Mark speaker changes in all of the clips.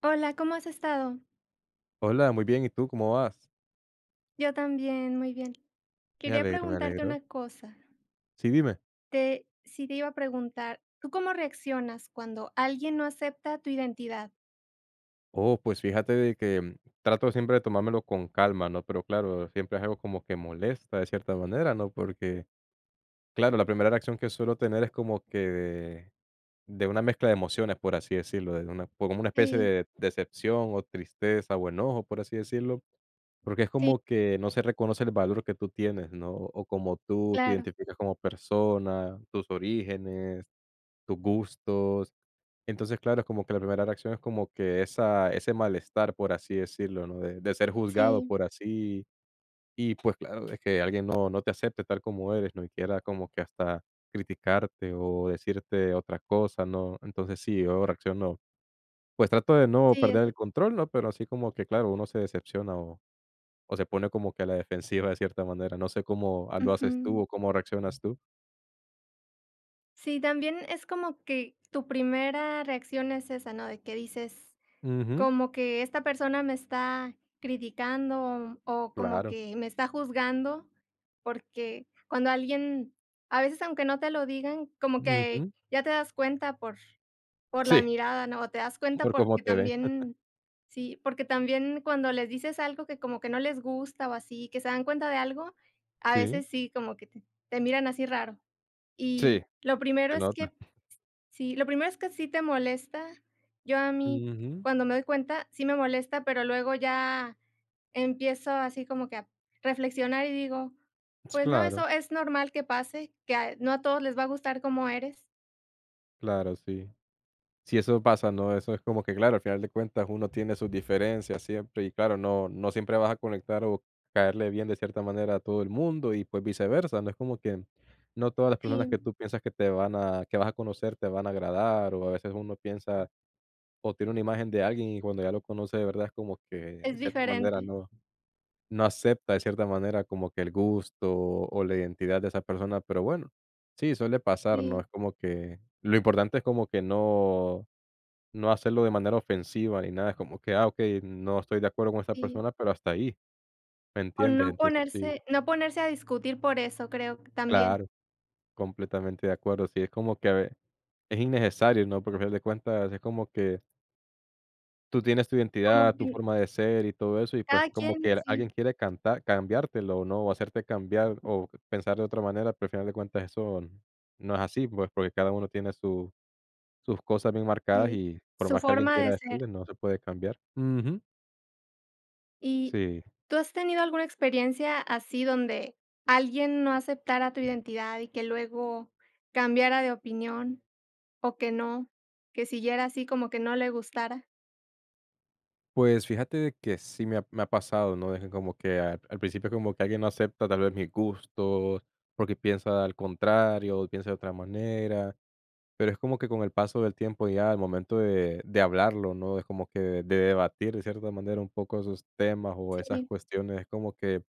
Speaker 1: Hola, ¿cómo has estado?
Speaker 2: Hola, muy bien, ¿y tú cómo vas?
Speaker 1: Yo también, muy bien.
Speaker 2: Me
Speaker 1: Quería
Speaker 2: alegro, me
Speaker 1: preguntarte
Speaker 2: alegro.
Speaker 1: una cosa.
Speaker 2: Sí, dime.
Speaker 1: Sí te iba a preguntar, ¿tú cómo reaccionas cuando alguien no acepta tu identidad?
Speaker 2: Oh, pues fíjate de que, trato siempre de tomármelo con calma, ¿no? Pero claro, siempre es algo como que molesta de cierta manera, ¿no? Porque, claro, la primera reacción que suelo tener es como que de una mezcla de emociones, por así decirlo, de una como una especie
Speaker 1: Sí,
Speaker 2: de decepción o tristeza o enojo, por así decirlo, porque es
Speaker 1: sí,
Speaker 2: como que no se reconoce el valor que tú tienes, ¿no? O como tú te
Speaker 1: claro,
Speaker 2: identificas como persona, tus orígenes, tus gustos. Entonces, claro, es como que la primera reacción es como que esa ese malestar, por así decirlo, ¿no? De ser juzgado
Speaker 1: sí,
Speaker 2: por así y pues claro, es que alguien no, no te acepte tal como eres, ¿no? Y quiera como que hasta criticarte o decirte otra cosa, ¿no? Entonces sí, yo reacciono, pues trato de no
Speaker 1: sí,
Speaker 2: perder el
Speaker 1: así,
Speaker 2: control, ¿no? Pero así como que, claro, uno se decepciona o se pone como que a la defensiva de cierta manera. No sé cómo lo haces tú
Speaker 1: ujú.
Speaker 2: o cómo reaccionas tú.
Speaker 1: Sí, también es como que tu primera reacción es esa, ¿no? De que dices,
Speaker 2: Ujú,
Speaker 1: como que esta persona me está criticando o como
Speaker 2: claro.
Speaker 1: que me está juzgando, porque cuando alguien, a veces aunque no te lo digan, como que
Speaker 2: Ujú.
Speaker 1: ya te das cuenta por la
Speaker 2: Sí,
Speaker 1: mirada, ¿no? O te das cuenta
Speaker 2: por cómo
Speaker 1: porque
Speaker 2: te ven.
Speaker 1: también sí, porque también cuando les dices algo que como que no les gusta o así, que se dan cuenta de algo, a
Speaker 2: Sí,
Speaker 1: veces sí, como que te miran así raro.
Speaker 2: sí,
Speaker 1: Y lo primero
Speaker 2: se
Speaker 1: es
Speaker 2: nota.
Speaker 1: que sí, lo primero es que sí te molesta. Yo a mí,
Speaker 2: Ujú.
Speaker 1: cuando me doy cuenta, sí me molesta, pero luego ya empiezo así como que a reflexionar y digo, pues no,
Speaker 2: Claro,
Speaker 1: eso es normal que pase, que a no a todos les va a gustar como eres.
Speaker 2: claro, sí. Si eso pasa, ¿no? Eso es como que, claro, al final de cuentas uno tiene sus diferencias siempre y claro, no, no siempre vas a conectar o caerle bien de cierta manera a todo el mundo y pues viceversa, no es como que no todas las personas
Speaker 1: Sí,
Speaker 2: que tú piensas que te van a, que vas a conocer te van a agradar o a veces uno piensa o tiene una imagen de alguien y cuando ya lo conoce de verdad es como que
Speaker 1: es
Speaker 2: de cierta manera
Speaker 1: diferente.
Speaker 2: no, no acepta de cierta manera como que el gusto o la identidad de esa persona, pero bueno, sí, suele pasar, ¿no? Es
Speaker 1: Sí,
Speaker 2: como que lo importante es como que no no hacerlo de manera ofensiva ni nada, es como que, ah, okey, no estoy de acuerdo con esta
Speaker 1: sí.
Speaker 2: persona, pero hasta ahí, ¿me
Speaker 1: O no
Speaker 2: entiendes? Entonces
Speaker 1: ponerse
Speaker 2: sí,
Speaker 1: no ponerse a discutir por eso, creo que también.
Speaker 2: claro, completamente de acuerdo. Sí, es como que a ve es innecesario, ¿no? Porque al final de cuentas es como que tú tienes tu
Speaker 1: Como
Speaker 2: identidad,
Speaker 1: que
Speaker 2: tu forma de ser y todo eso, y pues
Speaker 1: cada
Speaker 2: como
Speaker 1: quien,
Speaker 2: que alguien
Speaker 1: sí,
Speaker 2: quiere cantar cambiártelo, ¿no? O hacerte cambiar o pensar de otra manera, pero al final de cuentas eso no es así, pues, porque cada uno tiene su sus cosas bien marcadas
Speaker 1: sí,
Speaker 2: y por
Speaker 1: su
Speaker 2: más que alguien
Speaker 1: forma
Speaker 2: quiera
Speaker 1: de ser.
Speaker 2: decirle, no se puede cambiar. Ujú,
Speaker 1: ¿Y
Speaker 2: sí.
Speaker 1: tú has tenido alguna experiencia así donde alguien no aceptara tu identidad y que luego cambiara de opinión o que no, que siguiera así como que no le gustara?
Speaker 2: Pues fíjate de que sí me ha pasado, ¿no? De que como que al principio como que alguien no acepta tal vez mis gustos, porque piensa al contrario, o piensa de otra manera, pero es como que con el paso del tiempo ya al momento de hablarlo, ¿no? Es como que de debatir de cierta manera un poco esos temas o esas
Speaker 1: Sí,
Speaker 2: cuestiones, es como que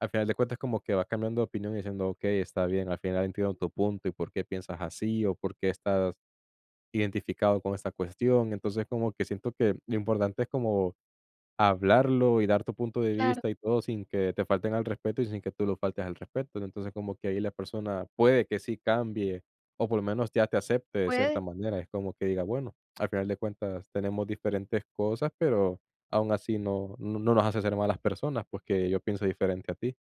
Speaker 2: al final de cuentas como que vas cambiando de opinión y diciendo: "Okey, está bien, al final entiendo tu punto y por qué piensas así o por qué estás identificado con esta cuestión". Entonces como que siento que lo importante es como hablarlo y dar tu punto de
Speaker 1: claro.
Speaker 2: vista y todo sin que te falten al respeto y sin que tú lo faltes al respeto. Entonces, como que ahí la persona puede que sí cambie o por lo menos ya te acepte de cierta
Speaker 1: Puede,
Speaker 2: manera. Es como que diga, bueno, al final de cuentas tenemos diferentes cosas, pero aún así no, no, no nos hace ser malas personas, pues que yo pienso diferente a ti.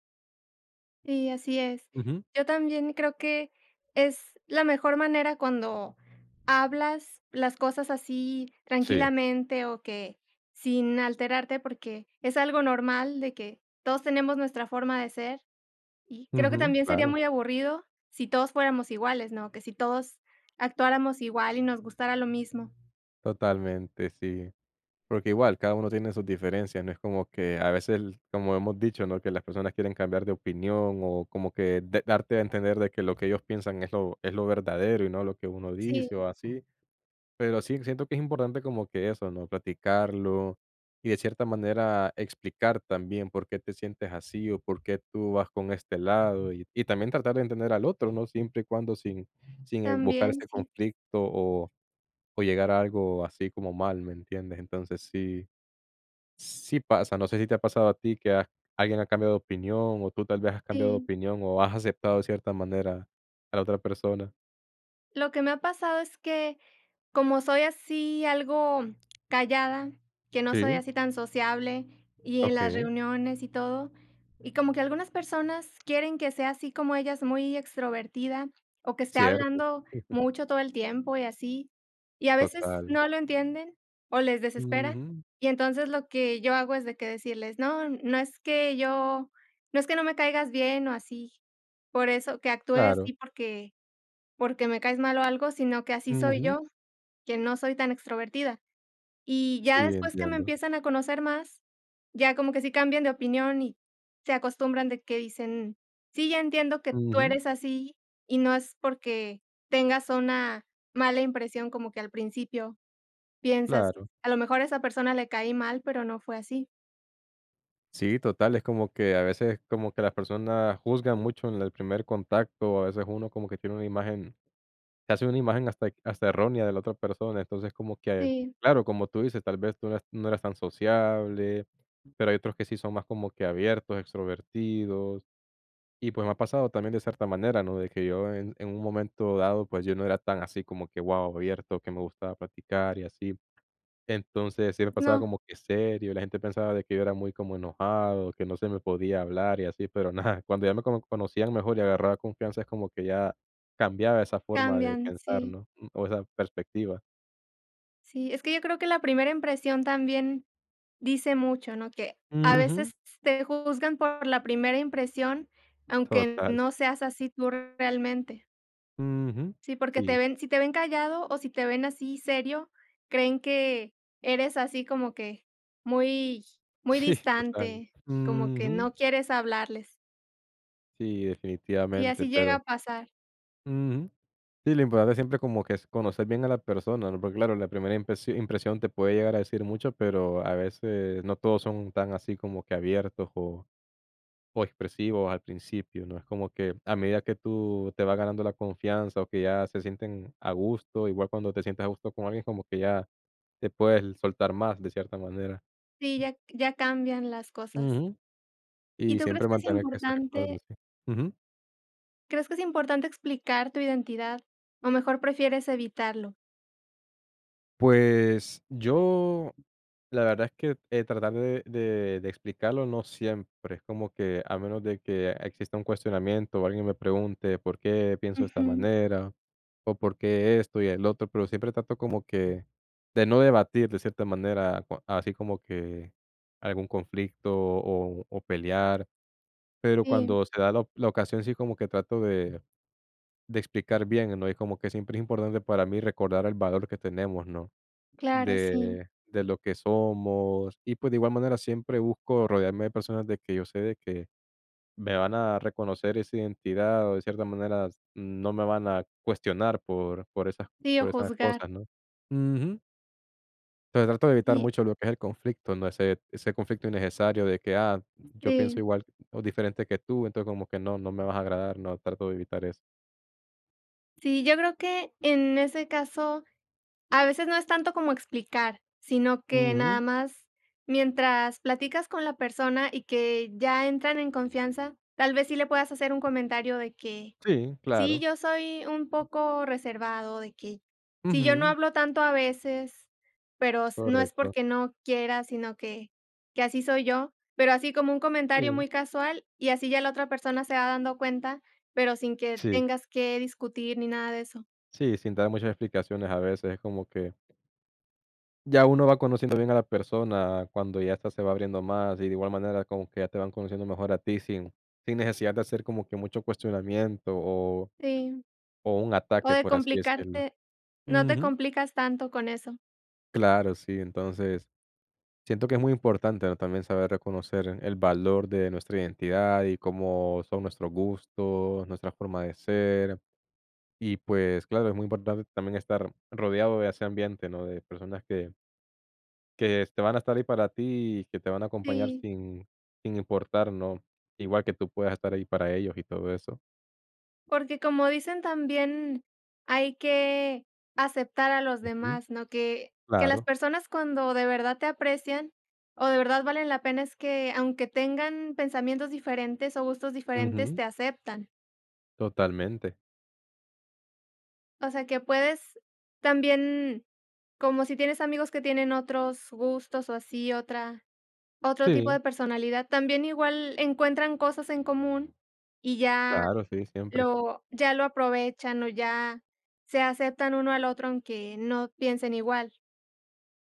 Speaker 1: sí, así es.
Speaker 2: Ujú.
Speaker 1: Yo también creo que es la mejor manera cuando hablas las cosas así
Speaker 2: Sí.
Speaker 1: tranquilamente o que sin alterarte, porque es algo normal de que todos tenemos nuestra forma de ser. Y creo que
Speaker 2: Ujú,
Speaker 1: también sería
Speaker 2: claro,
Speaker 1: muy aburrido si todos fuéramos iguales, ¿no? Que si todos actuáramos igual y nos gustara lo mismo.
Speaker 2: totalmente, sí. Porque igual, cada uno tiene sus diferencias, no es como que a veces, como hemos dicho, ¿no? Que las personas quieren cambiar de opinión o como que darte a entender de que lo que ellos piensan es lo verdadero y no lo que uno
Speaker 1: Sí,
Speaker 2: dice o así. Pero sí, siento que es importante como que eso, ¿no? Platicarlo y de cierta manera explicar también por qué te sientes así o por qué tú vas con este lado y también tratar de entender al otro, ¿no? Siempre y cuando sin, sin buscar
Speaker 1: también,
Speaker 2: ese
Speaker 1: sí,
Speaker 2: conflicto o llegar a algo así como mal, ¿me entiendes? Entonces sí. Sí pasa, no sé si te ha pasado a ti que has alguien ha cambiado de opinión, o tú tal vez has cambiado de
Speaker 1: sí.
Speaker 2: opinión, o has aceptado de cierta manera a la otra persona.
Speaker 1: Lo que me ha pasado es que como soy así algo callada, que no soy
Speaker 2: Sí,
Speaker 1: así tan sociable, y en las
Speaker 2: okey,
Speaker 1: reuniones y todo, y como que algunas personas quieren que sea así como ellas, muy extrovertida, o que esté
Speaker 2: cierto.
Speaker 1: hablando mucho todo el tiempo y así, y a veces
Speaker 2: Total.
Speaker 1: no lo entienden o les desespera,
Speaker 2: Ujú,
Speaker 1: y entonces lo que yo hago es de que decirles: "No, no es que yo no es que no me caigas bien o así, por eso que actúe
Speaker 2: claro.
Speaker 1: así porque me caes mal o algo, sino que así soy
Speaker 2: Ujú.
Speaker 1: yo", que no soy tan extrovertida. Y ya
Speaker 2: Sí,
Speaker 1: después que me
Speaker 2: entiendo.
Speaker 1: empiezan a conocer más, ya como que sí cambian de opinión y se acostumbran de que dicen: "Sí, ya entiendo que tú
Speaker 2: Ujú,
Speaker 1: eres así y no es porque tengas una mala impresión, como que al principio piensas,
Speaker 2: claro.
Speaker 1: a lo mejor a esa persona le caí mal, pero no fue así".
Speaker 2: Sí, total, es como que a veces como que las personas juzgan mucho en el primer contacto, a veces uno como que tiene una imagen se hace una imagen hasta errónea de la otra persona, entonces como que,
Speaker 1: Sí,
Speaker 2: claro, como tú dices, tal vez tú no eras tan sociable pero hay otros que sí son más como que abiertos, extrovertidos. Y pues me ha pasado también de cierta manera, ¿no? De que yo en un momento dado, pues yo no era tan así como que, wow, abierto, que me gustaba platicar y así. Entonces sí me pasaba
Speaker 1: no,
Speaker 2: como que serio, la gente pensaba de que yo era muy como enojado, que no se me podía hablar y así, pero nada, cuando ya me como conocían mejor y agarraba confianza es como que ya cambiaba esa forma de
Speaker 1: cambian,
Speaker 2: pensar,
Speaker 1: sí,
Speaker 2: ¿no? O esa perspectiva.
Speaker 1: sí. Es que yo creo que la primera impresión también dice mucho, ¿no? Que a
Speaker 2: Ujú,
Speaker 1: veces te juzgan por la primera impresión, aunque
Speaker 2: total.
Speaker 1: no seas así tú realmente.
Speaker 2: Ujú,
Speaker 1: Sí, porque te
Speaker 2: sí,
Speaker 1: ven si te ven callado o si te ven así serio, creen que eres así como que muy muy
Speaker 2: sí, total.
Speaker 1: distante, como que
Speaker 2: Ujú.
Speaker 1: no quieres hablarles.
Speaker 2: Sí,
Speaker 1: Y
Speaker 2: definitivamente,
Speaker 1: así llega
Speaker 2: pero
Speaker 1: a pasar.
Speaker 2: ujú. Sí, lo importante siempre como que es conocer bien a la persona, ¿no? Porque claro, la primera impresión te puede llegar a decir mucho, pero a veces no todos son tan así como que abiertos o expresivos al principio, ¿no? Es como que a medida que tú te vas ganando la confianza o que ya se sienten a gusto, igual cuando te sientes a gusto con alguien, como que ya te puedes soltar más de cierta manera.
Speaker 1: Sí, ya ya cambian las cosas.
Speaker 2: Ujú.
Speaker 1: ¿Y
Speaker 2: Y
Speaker 1: tú crees
Speaker 2: siempre
Speaker 1: que es
Speaker 2: mantener que se recuerde,
Speaker 1: importante
Speaker 2: sí. Ujú.
Speaker 1: crees que es importante explicar tu identidad, o mejor prefieres evitarlo?
Speaker 2: Pues yo La verdad es que, tratar de explicarlo no siempre, es como que a menos de que exista un cuestionamiento o alguien me pregunte por qué pienso de esta
Speaker 1: Ujú,
Speaker 2: manera o por qué esto y el otro, pero siempre trato como que de no debatir de cierta manera, cua así como que algún conflicto o pelear, pero
Speaker 1: sí.
Speaker 2: cuando se da la ocasión sí como que trato de explicar bien, ¿no? Y como que siempre es importante para mí recordar el valor que tenemos, ¿no?
Speaker 1: Claro, sí.
Speaker 2: de lo que somos, y pues de igual manera siempre busco rodearme de personas de que yo sé de que me van a reconocer esa identidad o de cierta manera no me van a cuestionar
Speaker 1: Sí, o
Speaker 2: por esas
Speaker 1: juzgar.
Speaker 2: cosas, ¿no? Ujú. Entonces trato de evitar
Speaker 1: Y
Speaker 2: mucho lo que es el conflicto, ¿no? Ese ese conflicto innecesario de que, ah, yo pienso
Speaker 1: sí,
Speaker 2: igual o diferente que tú, entonces como que no, no me vas a agradar, no, trato de evitar eso.
Speaker 1: sí, yo creo que en ese caso, a veces no es tanto como explicar, sino que
Speaker 2: Ujú.
Speaker 1: nada más mientras platicas con la persona y que ya entran en confianza, tal vez sí le puedas hacer un comentario de que
Speaker 2: Sí,
Speaker 1: sí,
Speaker 2: claro.
Speaker 1: yo soy un poco reservado de que si yo no
Speaker 2: Ujú.
Speaker 1: hablo tanto a veces, pero s no es
Speaker 2: Correcto.
Speaker 1: porque no quiera, sino que así soy yo, pero así como un comentario
Speaker 2: Sí.
Speaker 1: muy casual y así ya la otra persona se va dando cuenta, pero sin que
Speaker 2: Sí.
Speaker 1: tengas que discutir ni nada de eso.
Speaker 2: Sí, sin dar muchas explicaciones a veces, es como que ya uno va conociendo bien a la persona cuando ya esta se va abriendo más y de igual manera como que ya te van conociendo mejor a ti sin, sin necesidad de hacer como que mucho cuestionamiento
Speaker 1: Sí,
Speaker 2: o un
Speaker 1: o
Speaker 2: ataque,
Speaker 1: de
Speaker 2: por así decirlo.
Speaker 1: complicarte no te
Speaker 2: Ujú.
Speaker 1: complicas tanto con eso.
Speaker 2: Claro, sí, entonces siento que es muy importante, ¿no? también saber reconocer el valor de nuestra identidad y cómo son nuestros gustos, nuestra forma de ser. Y pues claro, es muy importante también estar rodeado de ese ambiente, ¿no? De personas que te van a estar ahí para ti y que te van a acompañar
Speaker 1: Sí.
Speaker 2: sin sin importar, ¿no? Igual que tú puedas estar ahí para ellos y todo eso.
Speaker 1: Porque como dicen también, hay que aceptar a los
Speaker 2: Ujú.
Speaker 1: demás, ¿no? Que las
Speaker 2: Claro.
Speaker 1: personas cuando de verdad te aprecian o de verdad valen la pena es que, aunque tengan pensamientos diferentes o gustos diferentes,
Speaker 2: Ujú.
Speaker 1: te aceptan.
Speaker 2: Totalmente.
Speaker 1: O sea, que puedes también, como si tienes amigos que tienen otros gustos o así, otra otro tipo
Speaker 2: Sí,
Speaker 1: de personalidad, también igual encuentran cosas en común y ya
Speaker 2: claro, sí, siempre.
Speaker 1: lo ya lo aprovechan o ya se aceptan uno al otro, aunque no piensen igual.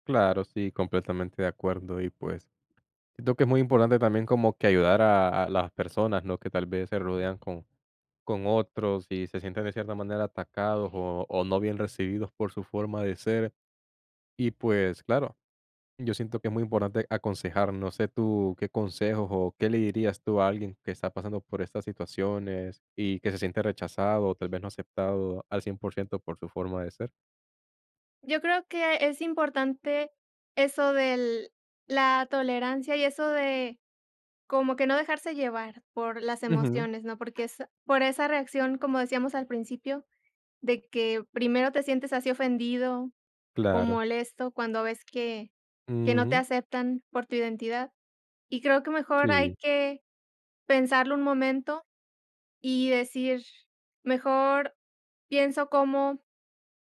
Speaker 2: Claro, sí, completamente de acuerdo. Y, pues, siento que es muy importante también como que ayudar a las personas, ¿no? Que tal vez se rodean con otros y se sienten de cierta manera atacados o no bien recibidos por su forma de ser. Y, pues, claro, yo siento que es muy importante aconsejar. No sé tú qué consejos o qué le dirías tú a alguien que está pasando por estas situaciones y que se siente rechazado o tal vez no aceptado al 100% por ciento por su forma de ser.
Speaker 1: Yo creo que es importante eso del la tolerancia y eso de como que no dejarse llevar por las
Speaker 2: Ujú,
Speaker 1: emociones, ¿no? Porque es por esa reacción, como decíamos al principio, de que primero te sientes así ofendido o
Speaker 2: claro.
Speaker 1: molesto cuando ves que no te
Speaker 2: Ujú,
Speaker 1: aceptan por tu identidad, y creo que mejor hay
Speaker 2: sí,
Speaker 1: que pensarlo un momento y decir, mejor pienso cómo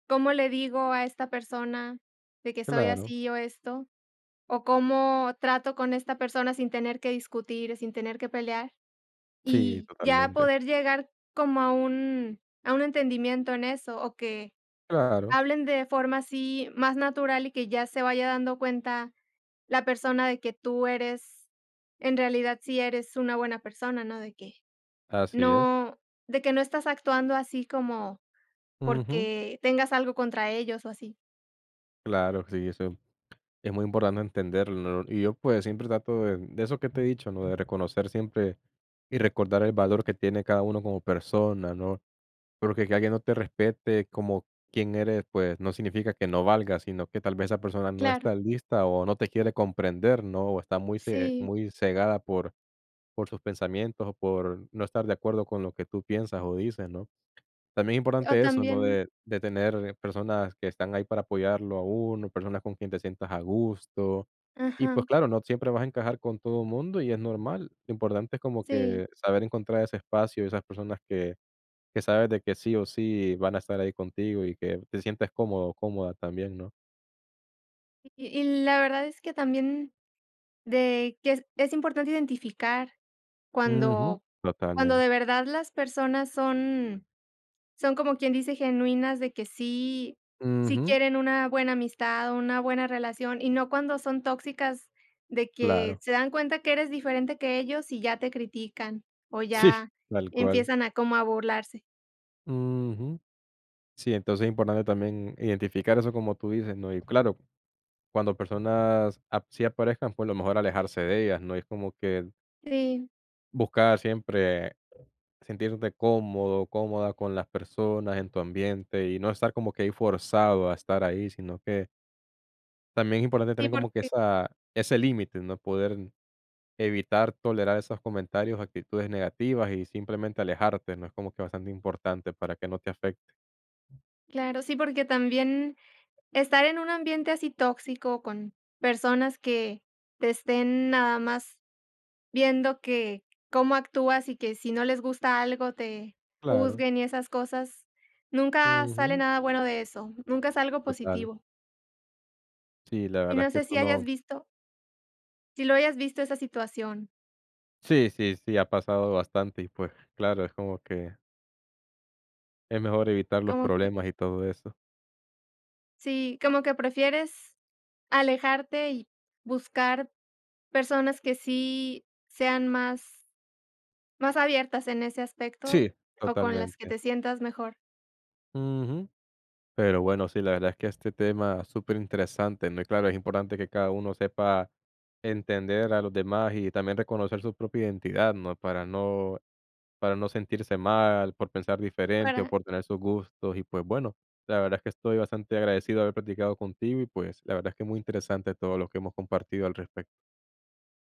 Speaker 1: cómo le digo a esta persona de que soy
Speaker 2: claro.
Speaker 1: así o esto, o cómo trato con esta persona sin tener que discutir, sin tener que pelear,
Speaker 2: Sí,
Speaker 1: y ya
Speaker 2: totalmente.
Speaker 1: poder llegar como a un entendimiento en eso, o que
Speaker 2: Claro,
Speaker 1: hablen de forma así más natural y que ya se vaya dando cuenta la persona de que tú eres en realidad sí eres una buena persona, ¿no? De que
Speaker 2: así es.
Speaker 1: no, de que no estás actuando así como
Speaker 2: Ujú,
Speaker 1: porque tengas algo contra ellos o así.
Speaker 2: claro, sí, eso es muy importante entenderlo, ¿no? Y yo, pues, siempre trato de eso que te he dicho, ¿no? De reconocer siempre y recordar el valor que tiene cada uno como persona, ¿no? Porque que alguien no te respete como quién eres, pues, no significa que no valga sino que tal vez esa persona no
Speaker 1: Claro.
Speaker 2: está lista o no te quiere comprender, ¿no? O está muy ce
Speaker 1: Sí,
Speaker 2: muy cegada por sus pensamientos o por no estar de acuerdo con lo que tú piensas o dices, ¿no? También es
Speaker 1: o
Speaker 2: importante eso, ¿no?
Speaker 1: también
Speaker 2: De tener personas que están ahí para apoyarlo a uno, personas con quien te sientas a gusto. Y,
Speaker 1: ajá,
Speaker 2: pues, claro, no siempre vas a encajar con todo el mundo y es normal. Lo importante es como
Speaker 1: sí.
Speaker 2: que saber encontrar ese espacio y esas personas que sabes de que sí o sí van a estar ahí contigo y que te sientes cómodo o cómoda también, ¿no?
Speaker 1: Y la verdad es que también de que es importante identificar
Speaker 2: Ujú,
Speaker 1: cuando cuando de
Speaker 2: totalmente.
Speaker 1: verdad las personas son son como quien dice genuinas de que sí sí
Speaker 2: Ujú,
Speaker 1: quieren una buena amistad, una buena relación, y no cuando son tóxicas, de que
Speaker 2: claro.
Speaker 1: se dan cuenta que eres diferente que ellos y ya te critican, o
Speaker 2: Sí,
Speaker 1: ya
Speaker 2: tal cual.
Speaker 1: empiezan a como a burlarse.
Speaker 2: Ujú. Sí, entonces es importante también identificar eso como tú dices, ¿no? Y claro, cuando personas así aparezcan, pues, lo mejor alejarse de ellas, ¿no? Y es como que
Speaker 1: Sí,
Speaker 2: buscar siempre sentirte cómodo, cómoda con las personas, en tu ambiente, y no estar como que ahí forzado a estar ahí, sino que también es importante
Speaker 1: sí,
Speaker 2: tener como que
Speaker 1: porque
Speaker 2: esa ese límite, ¿no? Poder evitar tolerar esos comentarios, actitudes negativas y simplemente alejarte, ¿no? Es como que bastante importante para que no te afecte.
Speaker 1: claro, sí, porque también estar en un ambiente así tóxico con personas que te estén nada más viendo que cómo actúas y que si no les gusta algo te
Speaker 2: Claro.
Speaker 1: juzguen y esas cosas, nunca sale
Speaker 2: Ujú.
Speaker 1: nada bueno de eso, nunca es algo
Speaker 2: Total.
Speaker 1: positivo.
Speaker 2: Sí, la
Speaker 1: Y
Speaker 2: verdad es
Speaker 1: no
Speaker 2: que
Speaker 1: sé
Speaker 2: eso
Speaker 1: si hayas
Speaker 2: no
Speaker 1: visto si lo hayas visto esa situación,
Speaker 2: sí, sí, sí, ha pasado bastante y, pues, claro, es como que es mejor evitar los
Speaker 1: como que
Speaker 2: problemas y todo eso.
Speaker 1: sí, como que prefieres alejarte y buscar personas que sí sean más más abiertas en ese aspecto
Speaker 2: Sí.
Speaker 1: o con las que
Speaker 2: Totalmente.
Speaker 1: te sientas mejor
Speaker 2: Ujú. Pero bueno, sí, la verdad es que este tema es súper interesante, ¿no? Y claro, es importante que cada uno sepa entender a los demás y también reconocer su propia identidad, ¿no? Para no sentirse mal por pensar diferente o
Speaker 1: para
Speaker 2: por tener sus gustos. Y pues bueno, la verdad es que estoy bastante agradecido de haber platicado contigo y pues la verdad es que muy interesante todo lo que hemos compartido al respecto.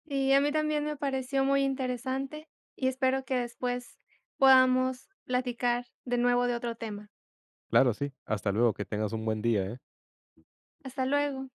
Speaker 1: sí, a mí también me pareció muy interesante y espero que después podamos platicar de nuevo de otro tema.
Speaker 2: Claro, sí. Hasta luego, que tengas un buen día, ¿eh?
Speaker 1: Hasta luego.